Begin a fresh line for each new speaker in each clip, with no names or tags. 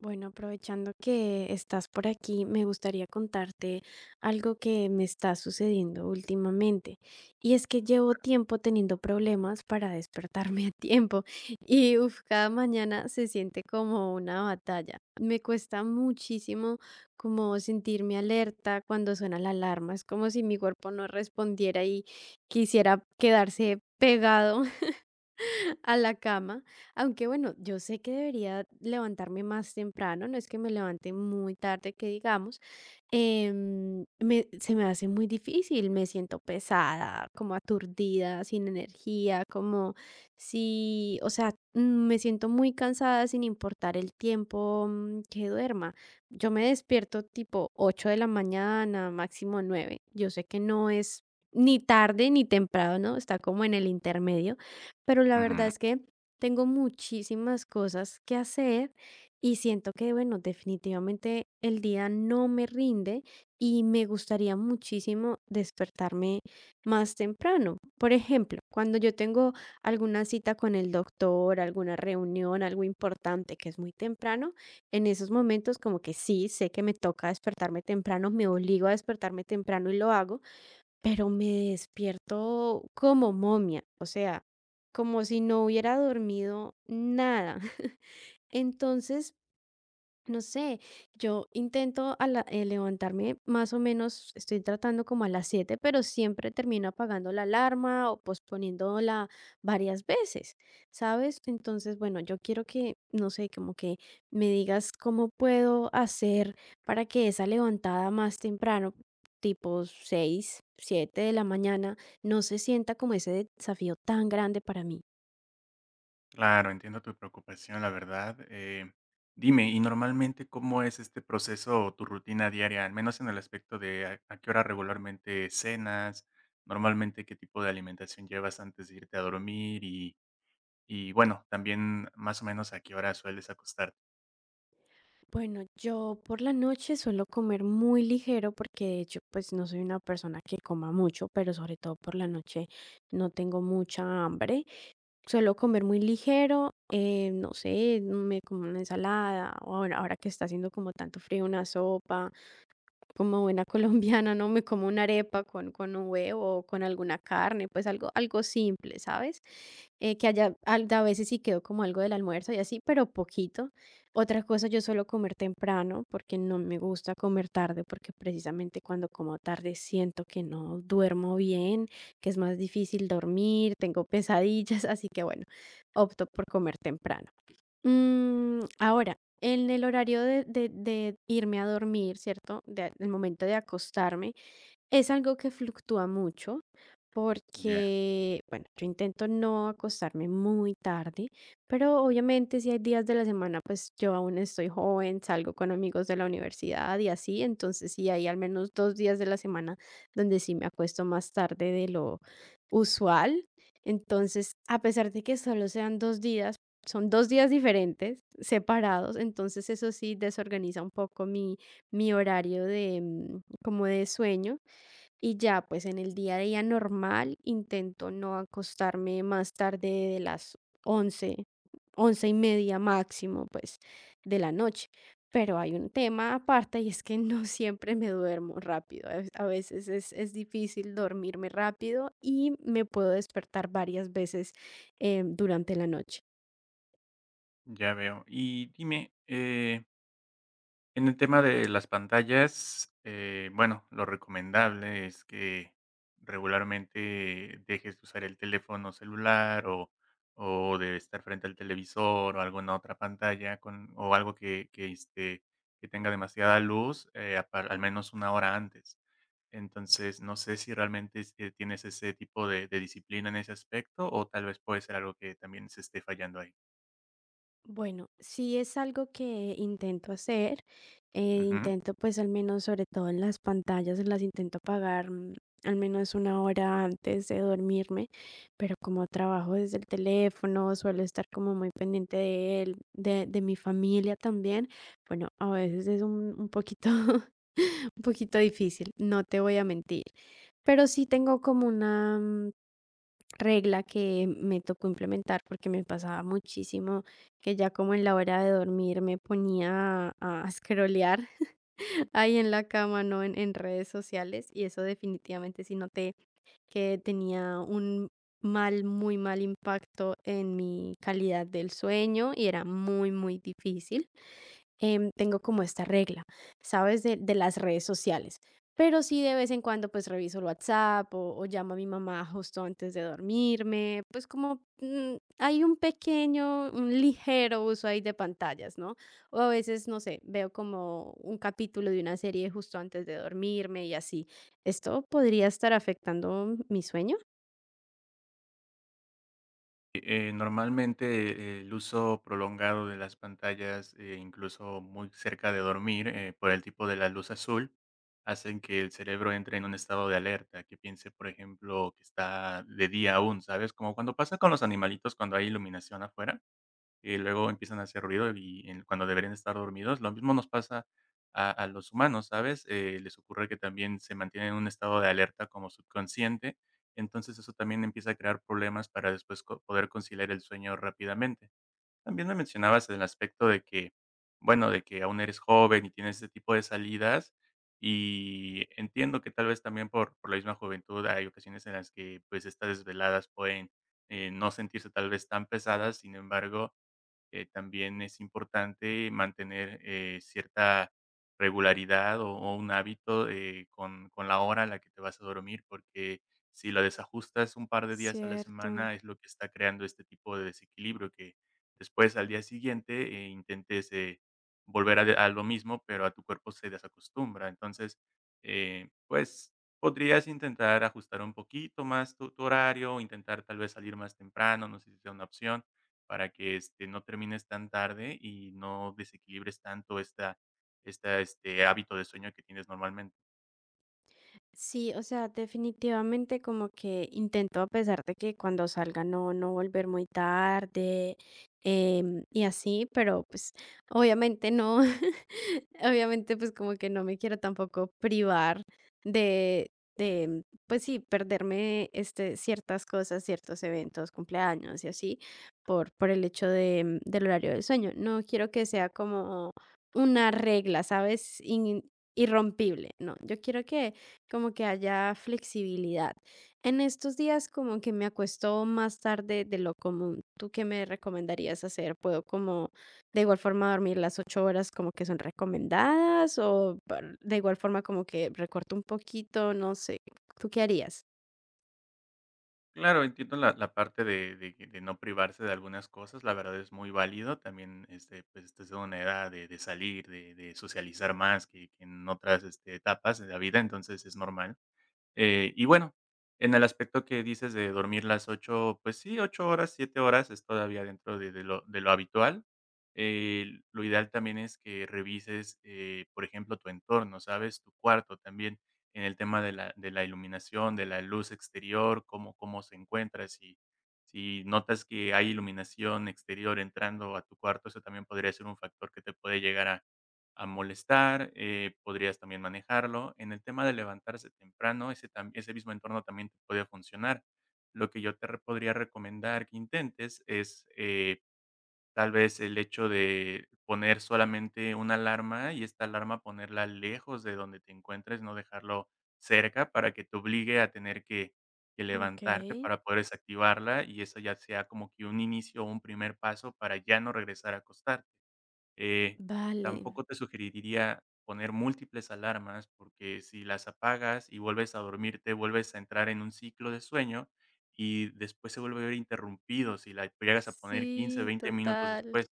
Bueno, aprovechando que estás por aquí, me gustaría contarte algo que me está sucediendo últimamente. Y es que llevo tiempo teniendo problemas para despertarme a tiempo. Y uf, cada mañana se siente como una batalla. Me cuesta muchísimo como sentirme alerta cuando suena la alarma. Es como si mi cuerpo no respondiera y quisiera quedarse pegado a la cama, aunque bueno, yo sé que debería levantarme más temprano, no es que me levante muy tarde, que digamos. Se me hace muy difícil, me siento pesada, como aturdida, sin energía, como si, o sea, me siento muy cansada sin importar el tiempo que duerma. Yo me despierto tipo 8 de la mañana, máximo 9. Yo sé que no es ni tarde ni temprano, ¿no? Está como en el intermedio, pero la verdad
Ujú.
es que tengo muchísimas cosas que hacer y siento que, bueno, definitivamente el día no me rinde y me gustaría muchísimo despertarme más temprano. Por ejemplo, cuando yo tengo alguna cita con el doctor, alguna reunión, algo importante que es muy temprano, en esos momentos como que sí, sé que me toca despertarme temprano, me obligo a despertarme temprano y lo hago, pero me despierto como momia, o sea, como si no hubiera dormido nada. Entonces, no sé, yo intento a la levantarme más o menos, estoy tratando como a las 7, pero siempre termino apagando la alarma o posponiéndola varias veces, ¿sabes? Entonces, bueno, yo quiero que, no sé, como que me digas cómo puedo hacer para que esa levantada más temprano, tipo 6, 7 de la mañana, no se sienta como ese desafío tan grande para mí.
Claro, entiendo tu preocupación, la verdad. Dime, ¿y normalmente cómo es este proceso o tu rutina diaria, al menos en el aspecto de a qué hora regularmente cenas, normalmente qué tipo de alimentación llevas antes de irte a dormir y bueno, también más o menos a qué hora sueles acostarte?
Bueno, yo por la noche suelo comer muy ligero porque de hecho pues no soy una persona que coma mucho, pero sobre todo por la noche no tengo mucha hambre. Suelo comer muy ligero, no sé, me como una ensalada, o ahora, ahora que está haciendo como tanto frío, una sopa, como buena colombiana, ¿no? Me como una arepa con un huevo o con alguna carne, pues algo, algo simple, ¿sabes? Que haya, a veces sí quedó como algo del almuerzo y así, pero poquito. Otra cosa, yo suelo comer temprano porque no me gusta comer tarde, porque precisamente cuando como tarde siento que no duermo bien, que es más difícil dormir, tengo pesadillas. Así que bueno, opto por comer temprano. Ahora, en el horario de irme a dormir, ¿cierto? El momento de acostarme, es algo que fluctúa mucho
Ya,
porque, bueno, yo intento no acostarme muy tarde, pero obviamente si hay días de la semana, pues yo aún estoy joven, salgo con amigos de la universidad y así, entonces sí hay al menos 2 días de la semana donde sí me acuesto más tarde de lo usual. Entonces, a pesar de que solo sean 2 días, son dos días diferentes, separados, entonces eso sí desorganiza un poco mi, mi horario de como de sueño. Y ya, pues en el día a día normal intento no acostarme más tarde de las 11, 11:30 máximo, pues de la noche. Pero hay un tema aparte y es que no siempre me duermo rápido. A veces es difícil dormirme rápido y me puedo despertar varias veces durante la noche.
ya veo. Y dime. En el tema de las pantallas, bueno, lo recomendable es que regularmente dejes de usar el teléfono celular o de estar frente al televisor o alguna otra pantalla o algo que que tenga demasiada luz al menos una hora antes. Entonces, no sé si realmente es que tienes ese tipo de disciplina en ese aspecto o tal vez puede ser algo que también se esté fallando ahí.
Bueno, sí es algo que intento hacer,
Ujú.
intento pues al menos sobre todo en las pantallas, las intento apagar, al menos una hora antes de dormirme, pero como trabajo desde el teléfono, suelo estar como muy pendiente de él, de mi familia también. Bueno, a veces es un poquito, un poquito difícil, no te voy a mentir, pero sí tengo como una... mm, regla que me tocó implementar porque me pasaba muchísimo que ya como en la hora de dormir me ponía a scrollear ahí en la cama, ¿no? En redes sociales. Y eso definitivamente sí noté que tenía un mal, muy mal impacto en mi calidad del sueño y era muy, muy difícil. Tengo como esta regla, ¿sabes? De las redes sociales. Pero sí de vez en cuando pues reviso el WhatsApp o llamo a mi mamá justo antes de dormirme, pues como hay un pequeño, un ligero uso ahí de pantallas, ¿no? O a veces, no sé, veo como un capítulo de una serie justo antes de dormirme y así. ¿Esto podría estar afectando mi sueño?
Normalmente, el uso prolongado de las pantallas, incluso muy cerca de dormir, por el tipo de la luz azul, hacen que el cerebro entre en un estado de alerta, que piense, por ejemplo, que está de día aún, ¿sabes? Como cuando pasa con los animalitos cuando hay iluminación afuera y luego empiezan a hacer ruido y en cuando deberían estar dormidos. Lo mismo nos pasa a los humanos, ¿sabes? Les ocurre que también se mantienen en un estado de alerta como subconsciente, entonces eso también empieza a crear problemas para después co poder conciliar el sueño rápidamente. También me mencionabas el aspecto de que, bueno, de que aún eres joven y tienes ese tipo de salidas, y entiendo que tal vez también por la misma juventud hay ocasiones en las que, pues, estas desveladas pueden, no sentirse tal vez tan pesadas, sin embargo, también es importante mantener, cierta regularidad o un hábito, con la hora a la que te vas a dormir, porque si lo desajustas un par de días a la
Cierto.
semana, es lo que está creando este tipo de desequilibrio, que después, al día siguiente, intentes, volver a de a lo mismo, pero a tu cuerpo se desacostumbra. Entonces, pues, podrías intentar ajustar un poquito más tu horario, intentar tal vez salir más temprano, no sé si sea una opción, para que, no termines tan tarde y no desequilibres tanto este hábito de sueño que tienes normalmente.
Sí, o sea, definitivamente como que intento, a pesar de que cuando salga, no, no volver muy tarde, y así, pero pues obviamente no, obviamente pues como que no me quiero tampoco privar de, pues sí, perderme este, ciertas cosas, ciertos eventos, cumpleaños y así, por el hecho de, del horario del sueño. No quiero que sea como una regla, ¿sabes? Irrompible, no, yo quiero que como que haya flexibilidad. En estos días como que me acuesto más tarde de lo común. ¿Tú qué me recomendarías hacer? ¿Puedo como de igual forma dormir las 8 horas como que son recomendadas o de igual forma como que recorto un poquito? No sé. ¿Tú qué harías?
Claro, entiendo la parte de no privarse de algunas cosas, la verdad es muy válido. También, pues, estás en una edad de salir, de socializar más que en otras, etapas de la vida, entonces es normal. Y bueno, en el aspecto que dices de dormir las 8 pues sí, 8 horas, 7 horas es todavía dentro de lo habitual. Lo ideal también es que revises, por ejemplo, tu entorno, ¿sabes? Tu cuarto también, en el tema de la iluminación, de la luz exterior, cómo se encuentra, si notas que hay iluminación exterior entrando a tu cuarto, eso también podría ser un factor que te puede llegar a molestar, podrías también manejarlo. En el tema de levantarse temprano, ese mismo entorno también te puede funcionar. Lo que yo te podría recomendar que intentes es tal vez el hecho de poner solamente una alarma y esta alarma ponerla lejos de donde te encuentres, no dejarlo cerca para que te obligue a tener que
Ok,
levantarte para poder desactivarla y eso ya sea como que un inicio o un primer paso para ya no regresar a acostarte. Eh,
vale.
tampoco te sugeriría poner múltiples alarmas, porque si las apagas y vuelves a dormirte, vuelves a entrar en un ciclo de sueño y después se vuelve a ver interrumpido si la llegas a poner 15,
Sí,
20 minutos
total.
después.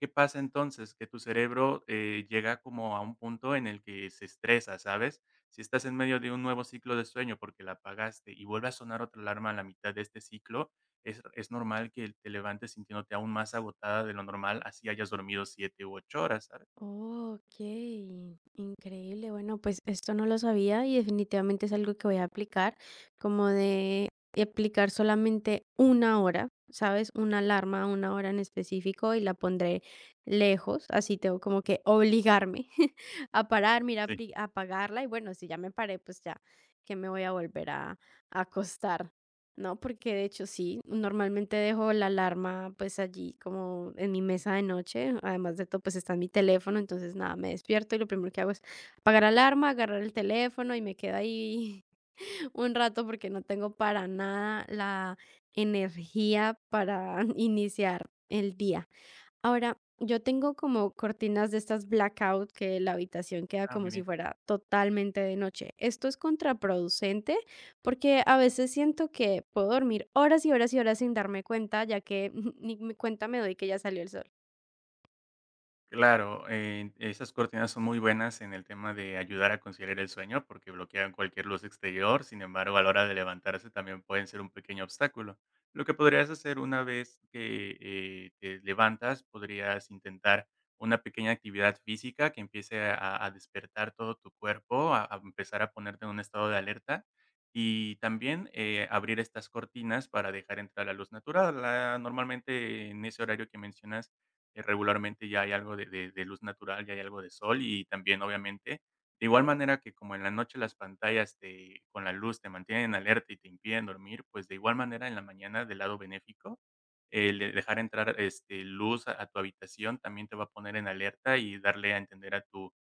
¿Qué pasa entonces? Que tu cerebro, llega como a un punto en el que se estresa, ¿sabes? Si estás en medio de un nuevo ciclo de sueño porque la apagaste y vuelve a sonar otra alarma a la mitad de este ciclo, es normal que te levantes sintiéndote aún más agotada de lo normal, así hayas dormido 7 u 8 horas, ¿sabes?
Oh, ok, increíble. Bueno, pues esto no lo sabía y definitivamente es algo que voy a aplicar, como de aplicar solamente una hora, ¿sabes? Una alarma, una hora en específico y la pondré lejos, así tengo como que obligarme a parar, mira,
Sí.
a apagarla. Y bueno, si ya me paré, pues ya que me voy a volver a acostar. No, porque de hecho sí, normalmente dejo la alarma pues allí como en mi mesa de noche, además de todo pues está en mi teléfono, entonces nada, me despierto y lo primero que hago es apagar la alarma, agarrar el teléfono y me quedo ahí un rato porque no tengo para nada la energía para iniciar el día. Ahora, yo tengo como cortinas de estas blackout que la habitación queda
Ah, muy
como si
bien.
fuera totalmente de noche. Esto es contraproducente porque a veces siento que puedo dormir horas y horas y horas sin darme cuenta, ya que ni me- cuenta me doy que ya salió el sol.
Claro, esas cortinas son muy buenas en el tema de ayudar a conciliar el sueño porque bloquean cualquier luz exterior, sin embargo, a la hora de levantarse también pueden ser un pequeño obstáculo. Lo que podrías hacer una vez que te levantas, podrías intentar una pequeña actividad física que empiece a despertar todo tu cuerpo, a empezar a ponerte en un estado de alerta y también abrir estas cortinas para dejar entrar la luz natural. Normalmente en ese horario que mencionas regularmente ya hay algo de luz natural, ya hay algo de sol y también, obviamente, de igual manera que como en la noche las pantallas te con la luz te mantienen alerta y te impiden dormir, pues, de igual manera en la mañana del lado benéfico, el de dejar entrar, luz a tu habitación también te va a poner en alerta y darle a entender a tu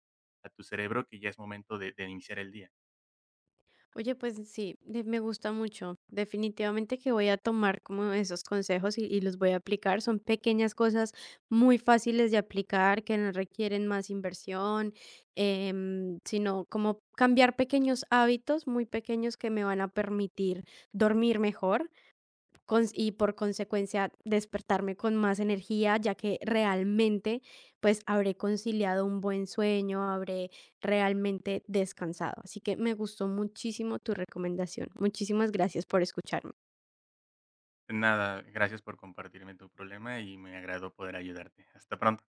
a tu cerebro que ya es momento de iniciar el día.
Oye, pues sí, me gusta mucho. Definitivamente que voy a tomar como esos consejos y los voy a aplicar. Son pequeñas cosas muy fáciles de aplicar que no requieren más inversión, sino como cambiar pequeños hábitos muy pequeños que me van a permitir dormir mejor y por consecuencia despertarme con más energía, ya que realmente pues habré conciliado un buen sueño, habré realmente descansado. Así que me gustó muchísimo tu recomendación. Muchísimas gracias por escucharme.
Nada, gracias por compartirme tu problema y me agradó poder ayudarte. Hasta pronto.